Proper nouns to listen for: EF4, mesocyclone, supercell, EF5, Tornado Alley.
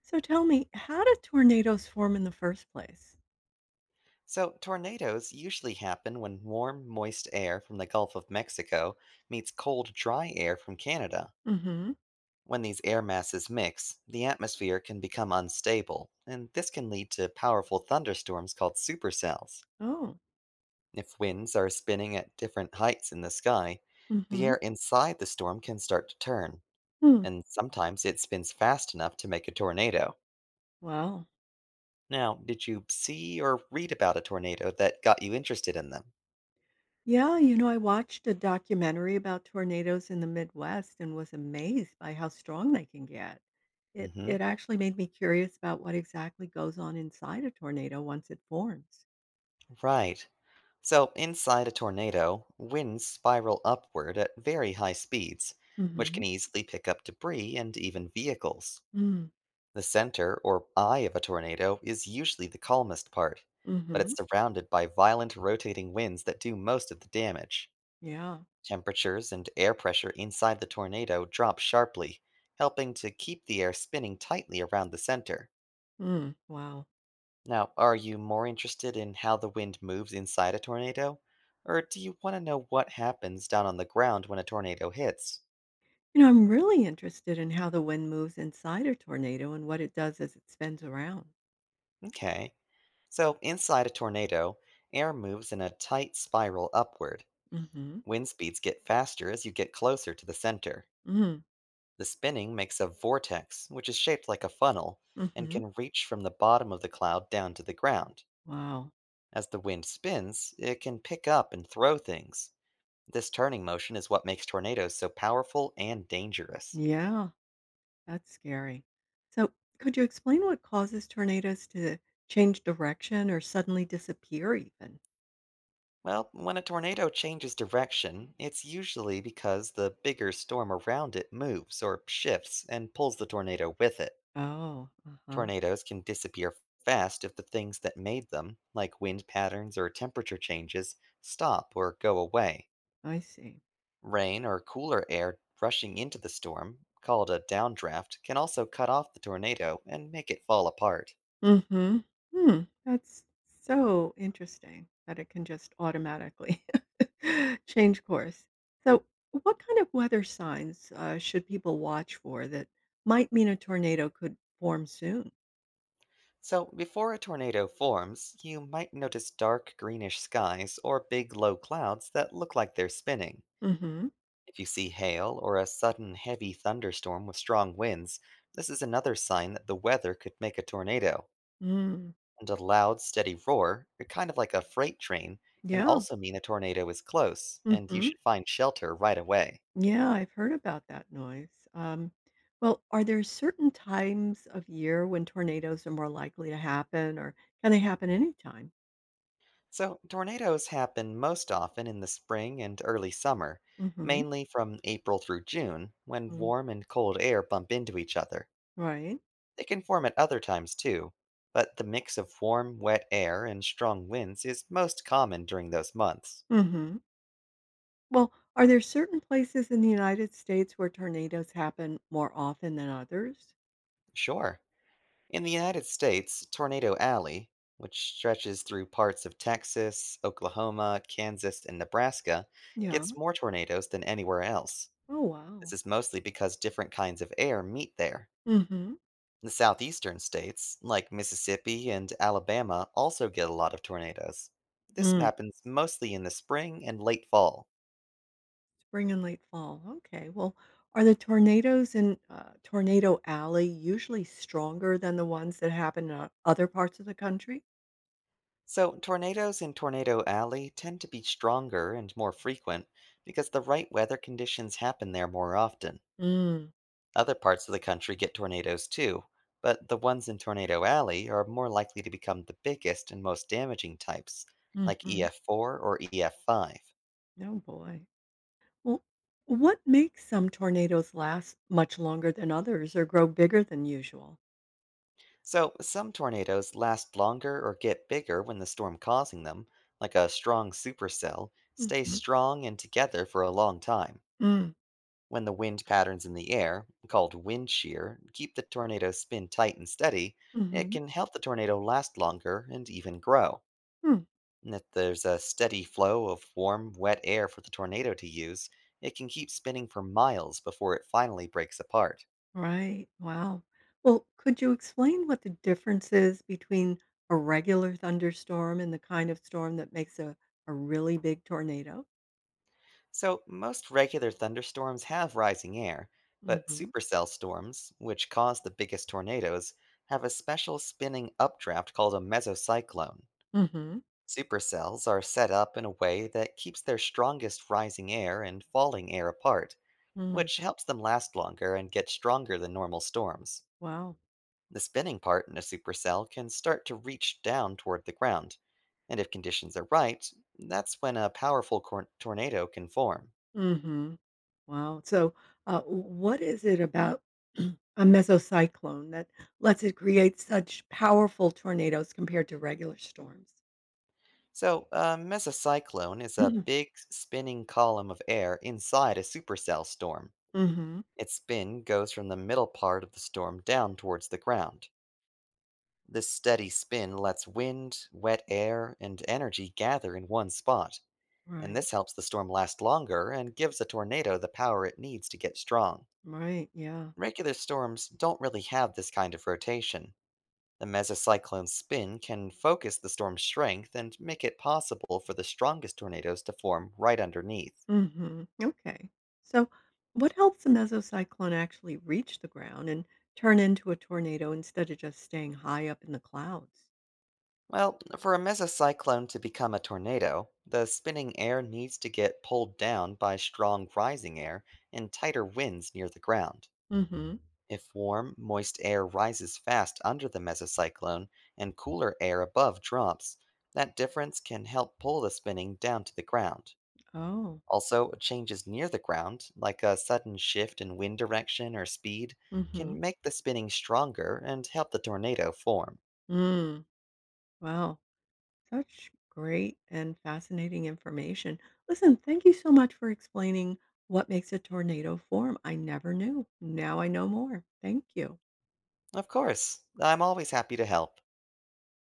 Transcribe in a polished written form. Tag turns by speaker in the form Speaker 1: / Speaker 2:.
Speaker 1: So tell me, how do tornadoes form in the first place?
Speaker 2: So, tornadoes usually happen when warm, moist air from the Gulf of Mexico meets cold, dry air from Canada.
Speaker 1: Mm-hmm.
Speaker 2: When these air masses mix, the atmosphere can become unstable, and this can lead to powerful thunderstorms called supercells.
Speaker 1: Oh.
Speaker 2: If winds are spinning at different heights in the sky, the
Speaker 1: Mm-hmm.
Speaker 2: air inside the storm can start to turn,
Speaker 1: Hmm.
Speaker 2: and sometimes it spins fast enough to make a tornado.
Speaker 1: Wow.
Speaker 2: Now, did you see or read about a tornado that got you interested in them?
Speaker 1: Yeah, you know, I watched a documentary about tornadoes in the Midwest and was amazed by how strong they can get. It
Speaker 2: Hmm.
Speaker 1: it actually made me curious about what exactly goes on inside a tornado once it forms.
Speaker 2: Right. So, inside a tornado, winds spiral upward at very high speeds, which
Speaker 1: Mm-hmm.
Speaker 2: can easily pick up debris and even vehicles.
Speaker 1: Mm.
Speaker 2: The center or eye of a tornado is usually the calmest part, but
Speaker 1: Mm-hmm.
Speaker 2: it's surrounded by violent rotating winds that do most of the damage.
Speaker 1: Yeah.
Speaker 2: Temperatures and air pressure inside the tornado drop sharply, helping to keep the air spinning tightly around the center.
Speaker 1: Mm. Wow.
Speaker 2: Now, are you more interested in how the wind moves inside a tornado? Or do you want to know what happens down on the ground when a tornado hits?
Speaker 1: You know, I'm really interested in how the wind moves inside a tornado and what it does as it spins around.
Speaker 2: Okay. So, inside a tornado, air moves in a tight spiral upward.
Speaker 1: Mm-hmm.
Speaker 2: Wind speeds get faster as you get closer to the center.
Speaker 1: Mm.
Speaker 2: The spinning makes a vortex, which is shaped like a funnel and
Speaker 1: Hmm.
Speaker 2: can reach from the bottom of the cloud down to the ground.
Speaker 1: Wow.
Speaker 2: As the wind spins, it can pick up and throw things. This turning motion is what makes tornadoes so powerful and dangerous.
Speaker 1: Yeah, that's scary. So, could you explain what causes tornadoes to change direction or suddenly disappear, even?
Speaker 2: Well, when a tornado changes direction, it's usually because the bigger storm around it moves or shifts and pulls the tornado with it.
Speaker 1: Oh, uh huh.
Speaker 2: Tornadoes can disappear fast if the things that made them, like wind patterns or temperature changes, stop or go away.
Speaker 1: I see.
Speaker 2: Rain or cooler air rushing into the storm, called a downdraft, can also cut off the tornado and make it fall apart.
Speaker 1: Mm-hmm. Hmm. That's so interesting that it can just automatically change course. So, what kind of weather signs should people watch for that might mean a tornado could form soon?
Speaker 2: So, before a tornado forms, you might notice dark greenish skies or big low clouds that look like they're spinning.
Speaker 1: Mm-hmm.
Speaker 2: If you see hail or a sudden heavy thunderstorm with strong winds, this is another sign that the weather could make a tornado.
Speaker 1: Mm.
Speaker 2: And a loud, steady roar, or kind of like a freight train, can
Speaker 1: Yeah.
Speaker 2: also mean a tornado is close, and you
Speaker 1: Mm-hmm.
Speaker 2: should find shelter right away.
Speaker 1: Yeah, I've heard about that noise. Well, are there certain times of year when tornadoes are more likely to happen, or can they happen anytime?
Speaker 2: So, tornadoes happen most often in the spring and early summer,
Speaker 1: Mm-hmm.
Speaker 2: mainly from April through June, when
Speaker 1: Mm,
Speaker 2: warm and cold air bump into each other.
Speaker 1: right.
Speaker 2: They can form at other times too, but the mix of warm, wet air and strong winds is most common during those months.
Speaker 1: Mm-hmm. Well, are there certain places in the United States where tornadoes happen more often than others?
Speaker 2: Sure. In the United States, Tornado Alley, which stretches through parts of Texas, Oklahoma, Kansas, and Nebraska,
Speaker 1: Yeah.
Speaker 2: gets more tornadoes than anywhere else.
Speaker 1: Oh, wow.
Speaker 2: This is mostly because different kinds of air meet there.
Speaker 1: Mm-hmm.
Speaker 2: The southeastern states, like Mississippi and Alabama, also get a lot of tornadoes. This
Speaker 1: Mm.
Speaker 2: happens mostly in the spring and late fall.
Speaker 1: Spring and late fall. Okay. Well, are the tornadoes in Tornado Alley usually stronger than the ones that happen in other parts of the country?
Speaker 2: So, tornadoes in Tornado Alley tend to be stronger and more frequent because the right weather conditions happen there more often.
Speaker 1: Mm,
Speaker 2: Other parts of the country get tornadoes too, but the ones in Tornado Alley are more likely to become the biggest and most damaging types, like
Speaker 1: mhm.
Speaker 2: EF4 or EF5.
Speaker 1: Oh, boy. Well, what makes some tornadoes last much longer than others or grow bigger than usual?
Speaker 2: So, some tornadoes last longer or get bigger when the storm causing them, like a strong supercell, stays
Speaker 1: Mhm.
Speaker 2: strong and together for a long time.
Speaker 1: Mm,
Speaker 2: When the wind patterns in the air, called wind shear, keep the tornado spin tight and steady, it
Speaker 1: mhm.
Speaker 2: can help the tornado last longer and even grow.
Speaker 1: Mm,
Speaker 2: And if there's a steady flow of warm, wet air for the tornado to use, it can keep spinning for miles before it finally breaks apart.
Speaker 1: right. Wow. Well, could you explain what the difference is between a regular thunderstorm and the kind of storm that makes a really big tornado?
Speaker 2: So, most regular thunderstorms have rising air, but
Speaker 1: Mhm.
Speaker 2: supercell storms, which cause the biggest tornadoes, have a special spinning updraft called a mesocyclone.
Speaker 1: Mhm.
Speaker 2: Supercells are set up in a way that keeps their strongest rising air and falling air apart,
Speaker 1: Mm.
Speaker 2: which helps them last longer and get stronger than normal storms.
Speaker 1: Wow.
Speaker 2: The spinning part in a supercell can start to reach down toward the ground, and if conditions are right, that's when a powerful tornado can form.
Speaker 1: Mhm. Wow. So, what is it about a mesocyclone that lets it create such powerful tornadoes compared to regular storms?
Speaker 2: So, a mesocyclone is a big spinning column of air inside a supercell storm.
Speaker 1: Hmm.
Speaker 2: Its spin goes from the middle part of the storm down towards the ground. This steady spin lets wind, wet air, and energy gather in one spot, and
Speaker 1: Right.
Speaker 2: this helps the storm last longer and gives a tornado the power it needs to get strong.
Speaker 1: Right. Yeah.
Speaker 2: Regular storms don't really have this kind of rotation. The mesocyclone's spin can focus the storm's strength and make it possible for the strongest tornadoes to form right underneath.
Speaker 1: Hmm. Okay. So, what helps a mesocyclone actually reach the ground and turn into a tornado instead of just staying high up in the clouds?
Speaker 2: Well, for a mesocyclone to become a tornado, the spinning air needs to get pulled down by strong rising air and tighter winds near the ground.
Speaker 1: Hmm.
Speaker 2: If warm, moist air rises fast under the mesocyclone and cooler air above drops, that difference can help pull the spinning down to the ground.
Speaker 1: Oh.
Speaker 2: Also, changes near the ground, like a sudden shift in wind direction or speed,
Speaker 1: Hmm.
Speaker 2: can make the spinning stronger and help the tornado form.
Speaker 1: Mm. Wow. Such great and fascinating information. Listen, thank you so much for explaining what makes a tornado form. I never knew. Now I know more. Thank you.
Speaker 2: Of course, I'm always happy to help.